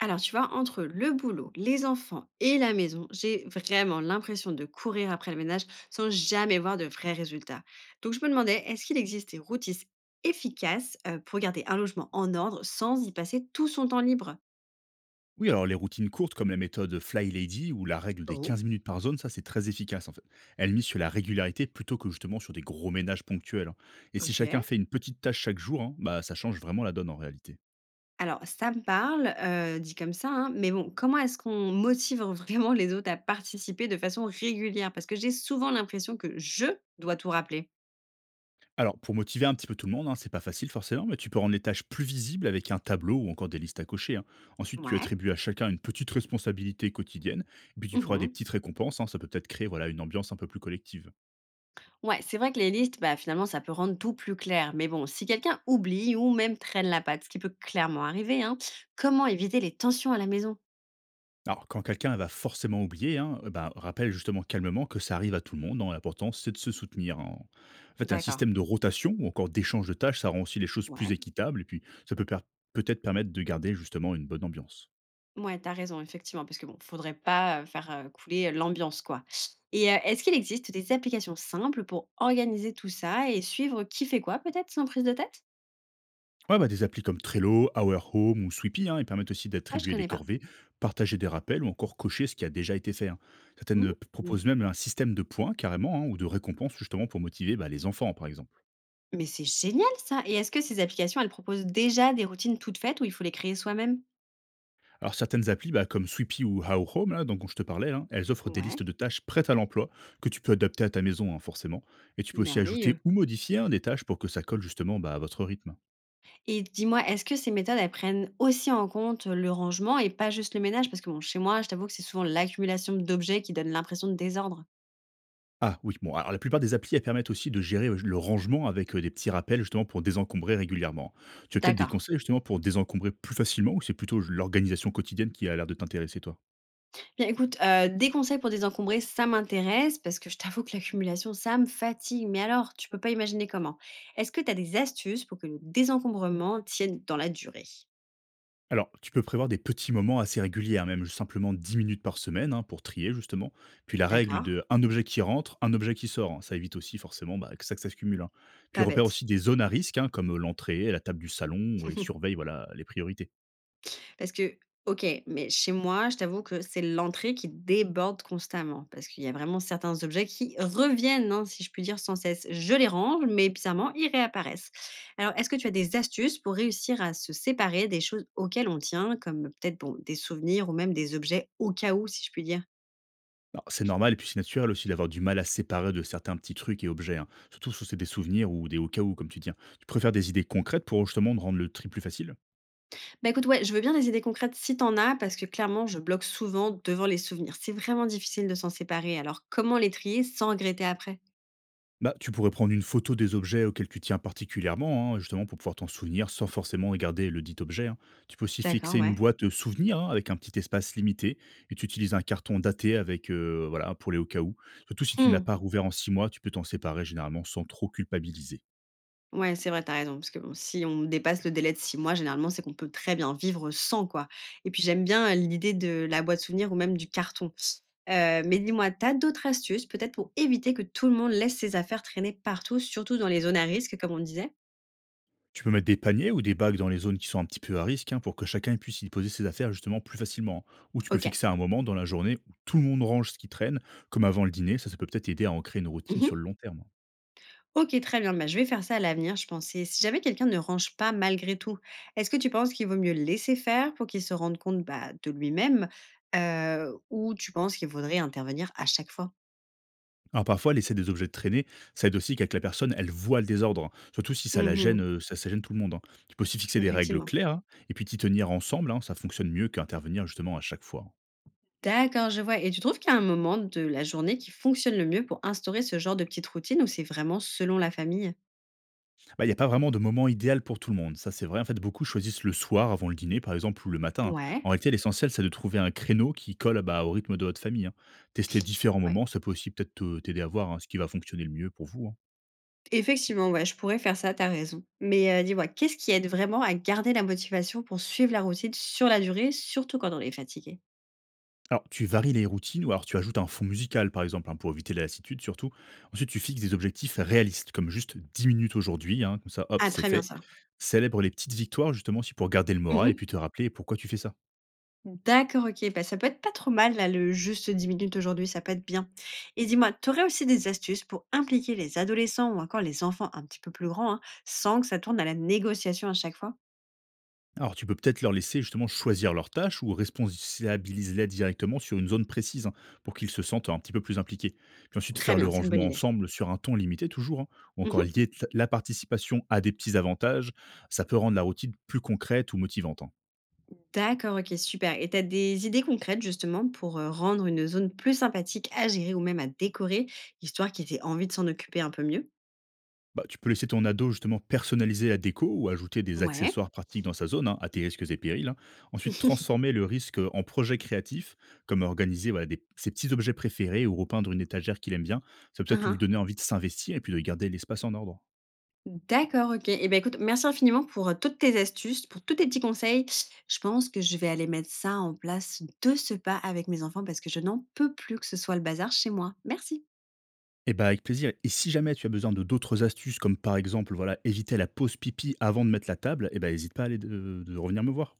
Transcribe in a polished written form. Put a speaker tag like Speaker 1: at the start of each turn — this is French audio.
Speaker 1: Alors, tu vois, entre le boulot, les enfants et la maison, j'ai vraiment l'impression de courir après le ménage sans jamais voir de vrais résultats. Donc, je me demandais, est-ce qu'il existe des routines efficaces pour garder un logement en ordre sans y passer tout son temps libre.
Speaker 2: Oui, alors les routines courtes comme la méthode Fly Lady ou la règle des
Speaker 1: Oh,
Speaker 2: 15 minutes par zone, ça c'est très efficace en fait. Elle mise sur la régularité plutôt que justement sur des gros ménages ponctuels, hein. Et si chacun
Speaker 1: ok.
Speaker 2: fait une petite tâche chaque jour, hein, bah, ça change vraiment la donne en réalité.
Speaker 1: Alors, ça me parle, dit comme ça, hein, mais bon, comment est-ce qu'on motive vraiment les autres à participer de façon régulière? Parce que j'ai souvent l'impression que je dois tout rappeler.
Speaker 2: Alors pour motiver un petit peu tout le monde, hein, c'est pas facile forcément, mais tu peux rendre les tâches plus visibles avec un tableau ou encore des listes à cocher, hein. Ensuite, tu
Speaker 1: Ouais.
Speaker 2: attribues à chacun une petite responsabilité quotidienne, et puis tu feras des petites récompenses, hein, ça peut peut-être créer voilà, une ambiance un peu plus collective.
Speaker 1: Ouais, c'est vrai que les listes, bah, finalement, ça peut rendre tout plus clair. Mais bon, si quelqu'un oublie ou même traîne la patte, ce qui peut clairement arriver, hein, comment éviter les tensions à la maison?
Speaker 2: Alors, quand quelqu'un va forcément oublier, hein, eh ben, rappelle justement calmement que ça arrive à tout le monde, hein. L'important, c'est de se soutenir, hein. En fait, un
Speaker 1: D'accord.
Speaker 2: système de rotation ou encore d'échange de tâches, ça rend aussi les choses plus
Speaker 1: Ouais.
Speaker 2: équitables et puis peut-être permettre de garder justement une bonne ambiance.
Speaker 1: Ouais, t'as raison, effectivement, parce que bon, faudrait pas faire couler l'ambiance, quoi. Et est-ce qu'il existe des applications simples pour organiser tout ça et suivre qui fait quoi, peut-être, sans prise de tête?
Speaker 2: Ouais, bah, des applis comme Trello, Our Home ou Sweepy, hein, ils permettent aussi
Speaker 1: Ah, je
Speaker 2: d'attribuer les
Speaker 1: connais pas.
Speaker 2: corvées, partager des rappels ou encore cocher ce qui a déjà été fait, hein. Certaines
Speaker 1: Hmm.
Speaker 2: proposent même un système de points carrément, hein, ou de récompenses justement pour motiver bah, les enfants, par exemple.
Speaker 1: Mais c'est génial, ça! Et est-ce que ces applications, elles proposent déjà des routines toutes faites ou il faut les créer soi-même?
Speaker 2: Alors certaines applis, bah, comme Sweepy ou How Home, là, dont je te parlais, là, elles offrent des
Speaker 1: Ouais,
Speaker 2: listes de tâches prêtes à l'emploi que tu peux adapter à ta maison, hein, forcément. Et tu peux aussi
Speaker 1: merveilleux.
Speaker 2: ajouter ou modifier, hein, des tâches pour que ça colle justement bah, à votre rythme.
Speaker 1: Et dis-moi, est-ce que ces méthodes, elles prennent aussi en compte le rangement et pas juste le ménage? Parce que bon, chez moi, je t'avoue que c'est souvent l'accumulation d'objets qui donne l'impression de désordre.
Speaker 2: Ah oui, bon, alors la plupart des applis, elles permettent aussi de gérer le rangement avec des petits rappels justement pour désencombrer régulièrement. Tu as peut-être des
Speaker 1: D'accord.
Speaker 2: conseils justement pour désencombrer plus facilement ou c'est plutôt l'organisation quotidienne qui a l'air de t'intéresser toi?
Speaker 1: Bien écoute, des conseils pour désencombrer, ça m'intéresse parce que je t'avoue que l'accumulation, ça me fatigue, mais alors tu peux pas imaginer comment. Est-ce que tu as des astuces pour que le désencombrement tienne dans la durée?
Speaker 2: Alors, tu peux prévoir des petits moments assez réguliers, hein, même simplement 10 minutes par semaine, hein, pour trier justement. Puis la règle
Speaker 1: D'accord,
Speaker 2: de un objet qui rentre, un objet qui sort, hein, ça évite aussi forcément bah, que ça se cumule, hein. Puis
Speaker 1: pas
Speaker 2: repère
Speaker 1: bête.
Speaker 2: aussi des zones à risque, hein, comme l'entrée, la table du salon, et surveille voilà, les priorités.
Speaker 1: Parce que OK, mais chez moi, je t'avoue que c'est l'entrée qui déborde constamment parce qu'il y a vraiment certains objets qui reviennent, hein, si je puis dire, sans cesse. Je les range, mais bizarrement, ils réapparaissent. Alors, est-ce que tu as des astuces pour réussir à se séparer des choses auxquelles on tient, comme peut-être bon, des souvenirs ou même des objets au cas où, si je puis dire?
Speaker 2: Alors, c'est normal et puis c'est naturel aussi d'avoir du mal à se séparer de certains petits trucs et objets, hein, surtout si c'est des souvenirs ou des au cas où, comme tu dis, hein. Tu préfères des idées concrètes pour justement rendre le tri plus facile?
Speaker 1: Bah, écoute, ouais, je veux bien des idées concrètes si t'en as, parce que clairement, je bloque souvent devant les souvenirs. C'est vraiment difficile de s'en séparer. Alors, comment les trier sans regretter après?
Speaker 2: Bah, tu pourrais prendre une photo des objets auxquels tu tiens particulièrement, hein, justement pour pouvoir t'en souvenir sans forcément regarder le dit objet, hein. Tu peux aussi
Speaker 1: D'accord,
Speaker 2: fixer une
Speaker 1: ouais.
Speaker 2: boîte souvenir, hein, avec un petit espace limité et tu utilises un carton daté avec voilà pour les au cas où. Surtout si tu ne l'as
Speaker 1: Mmh.
Speaker 2: pas rouvert en 6 mois, tu peux t'en séparer généralement sans trop culpabiliser.
Speaker 1: Ouais, c'est vrai, t'as raison, parce que bon, si on dépasse le délai de 6 mois, généralement, c'est qu'on peut très bien vivre sans, quoi. Et puis, j'aime bien l'idée de la boîte souvenir ou même du carton. Heu, mais dis-moi, t'as d'autres astuces, peut-être pour éviter que tout le monde laisse ses affaires traîner partout, surtout dans les zones à risque, comme on disait?
Speaker 2: Tu peux mettre des paniers ou des bagues dans les zones qui sont un petit peu à risque, hein, pour que chacun puisse y poser ses affaires justement plus facilement, hein. Ou tu peux
Speaker 1: OK.
Speaker 2: fixer un moment dans la journée où tout le monde range ce qui traîne, comme avant le dîner. Ça peut peut-être aider à ancrer une routine sur le
Speaker 1: Mmh.
Speaker 2: long terme.
Speaker 1: OK, très bien, bah, je vais faire ça à l'avenir, je pense. Et si jamais quelqu'un ne range pas malgré tout, est-ce que tu penses qu'il vaut mieux le laisser faire pour qu'il se rende compte, bah, de lui-même, ou tu penses qu'il faudrait intervenir à chaque fois?
Speaker 2: Alors parfois, laisser des objets traîner, ça aide aussi qu'à que la personne, elle voit le désordre, hein. Surtout si ça
Speaker 1: Mmh
Speaker 2: la gêne,
Speaker 1: mh.
Speaker 2: ça gêne tout le monde, hein. Tu peux aussi fixer des règles
Speaker 1: Effectivement.
Speaker 2: claires, hein, et puis t'y tenir ensemble, hein, ça fonctionne mieux qu'intervenir justement à chaque fois, hein.
Speaker 1: D'accord, je vois. Et tu trouves qu'il y a un moment de la journée qui fonctionne le mieux pour instaurer ce genre de petite routine ou c'est vraiment selon la famille?
Speaker 2: Bah, il y a pas vraiment de moment idéal pour tout le monde, ça c'est vrai. En fait, beaucoup choisissent le soir avant le dîner par exemple ou le matin, hein. En
Speaker 1: Ouais,
Speaker 2: réalité, l'essentiel, c'est de trouver un créneau qui colle, bah, au rythme de votre famille, hein. Tester différents
Speaker 1: ouais.
Speaker 2: moments, ça peut aussi peut-être te t'aider à voir, hein, ce qui va fonctionner le mieux pour vous, hein.
Speaker 1: Effectivement, ouais, je pourrais faire ça, t'as raison. Mais dis-moi, qu'est-ce qui aide vraiment à garder la motivation pour suivre la routine sur la durée, surtout quand on est fatigué?
Speaker 2: Alors, tu varies les routines ou alors tu ajoutes un fond musical, par exemple, hein, pour éviter la lassitude surtout. Ensuite, tu fixes des objectifs réalistes, comme juste 10 minutes aujourd'hui, hein, comme ça, hop,
Speaker 1: Ah,
Speaker 2: c'est
Speaker 1: très bien
Speaker 2: fait.
Speaker 1: ça.
Speaker 2: Célèbre les petites victoires, justement, aussi pour garder le moral et puis
Speaker 1: Mhm.
Speaker 2: te rappeler pourquoi tu fais ça.
Speaker 1: D'accord, ok. Bah, ça peut être pas trop mal, là, le juste 10 minutes aujourd'hui, ça peut être bien. Et dis-moi, t'aurais aussi des astuces pour impliquer les adolescents ou encore les enfants un petit peu plus grands, hein, sans que ça tourne à la négociation à chaque fois?
Speaker 2: Alors, tu peux peut-être leur laisser, justement, choisir leur tâche ou responsabiliser-les directement sur une zone précise, hein, pour qu'ils se sentent un petit peu plus impliqués. Puis ensuite,
Speaker 1: Très
Speaker 2: faire le
Speaker 1: bien, c'est une bonne
Speaker 2: rangement
Speaker 1: idée.
Speaker 2: ensemble sur un ton limité, toujours, hein, ou
Speaker 1: Mmh.
Speaker 2: encore la participation à des petits avantages, ça peut rendre la routine plus concrète ou motivante, hein.
Speaker 1: D'accord, OK, super! Et tu as des idées concrètes justement pour, rendre une zone plus sympathique à gérer ou même à décorer, histoire qu'ils aient envie de s'en occuper un peu mieux?
Speaker 2: Bah, tu peux laisser ton ado justement personnaliser la déco ou ajouter des
Speaker 1: Ouais.
Speaker 2: accessoires pratiques dans sa zone, hein, à tes risques et périls, hein. Ensuite, transformer le risque en projet créatif, comme organiser voilà, ses petits objets préférés ou repeindre une étagère qu'il aime bien. Ça peut
Speaker 1: Hein,
Speaker 2: peut-être
Speaker 1: hein.
Speaker 2: lui donner envie de s'investir et puis de garder l'espace en ordre.
Speaker 1: D'accord, OK et ben écoute, merci infiniment pour, toutes tes astuces, pour tous tes petits conseils. Je pense que je vais aller mettre ça en place de ce pas avec mes enfants parce que je n'en peux plus que ce soit le bazar chez moi. Merci.
Speaker 2: Eh bah avec plaisir. Et si jamais tu as besoin de d'autres astuces, comme par exemple voilà éviter la pause pipi avant de mettre la table, eh bah n'hésite pas à aller de revenir me voir.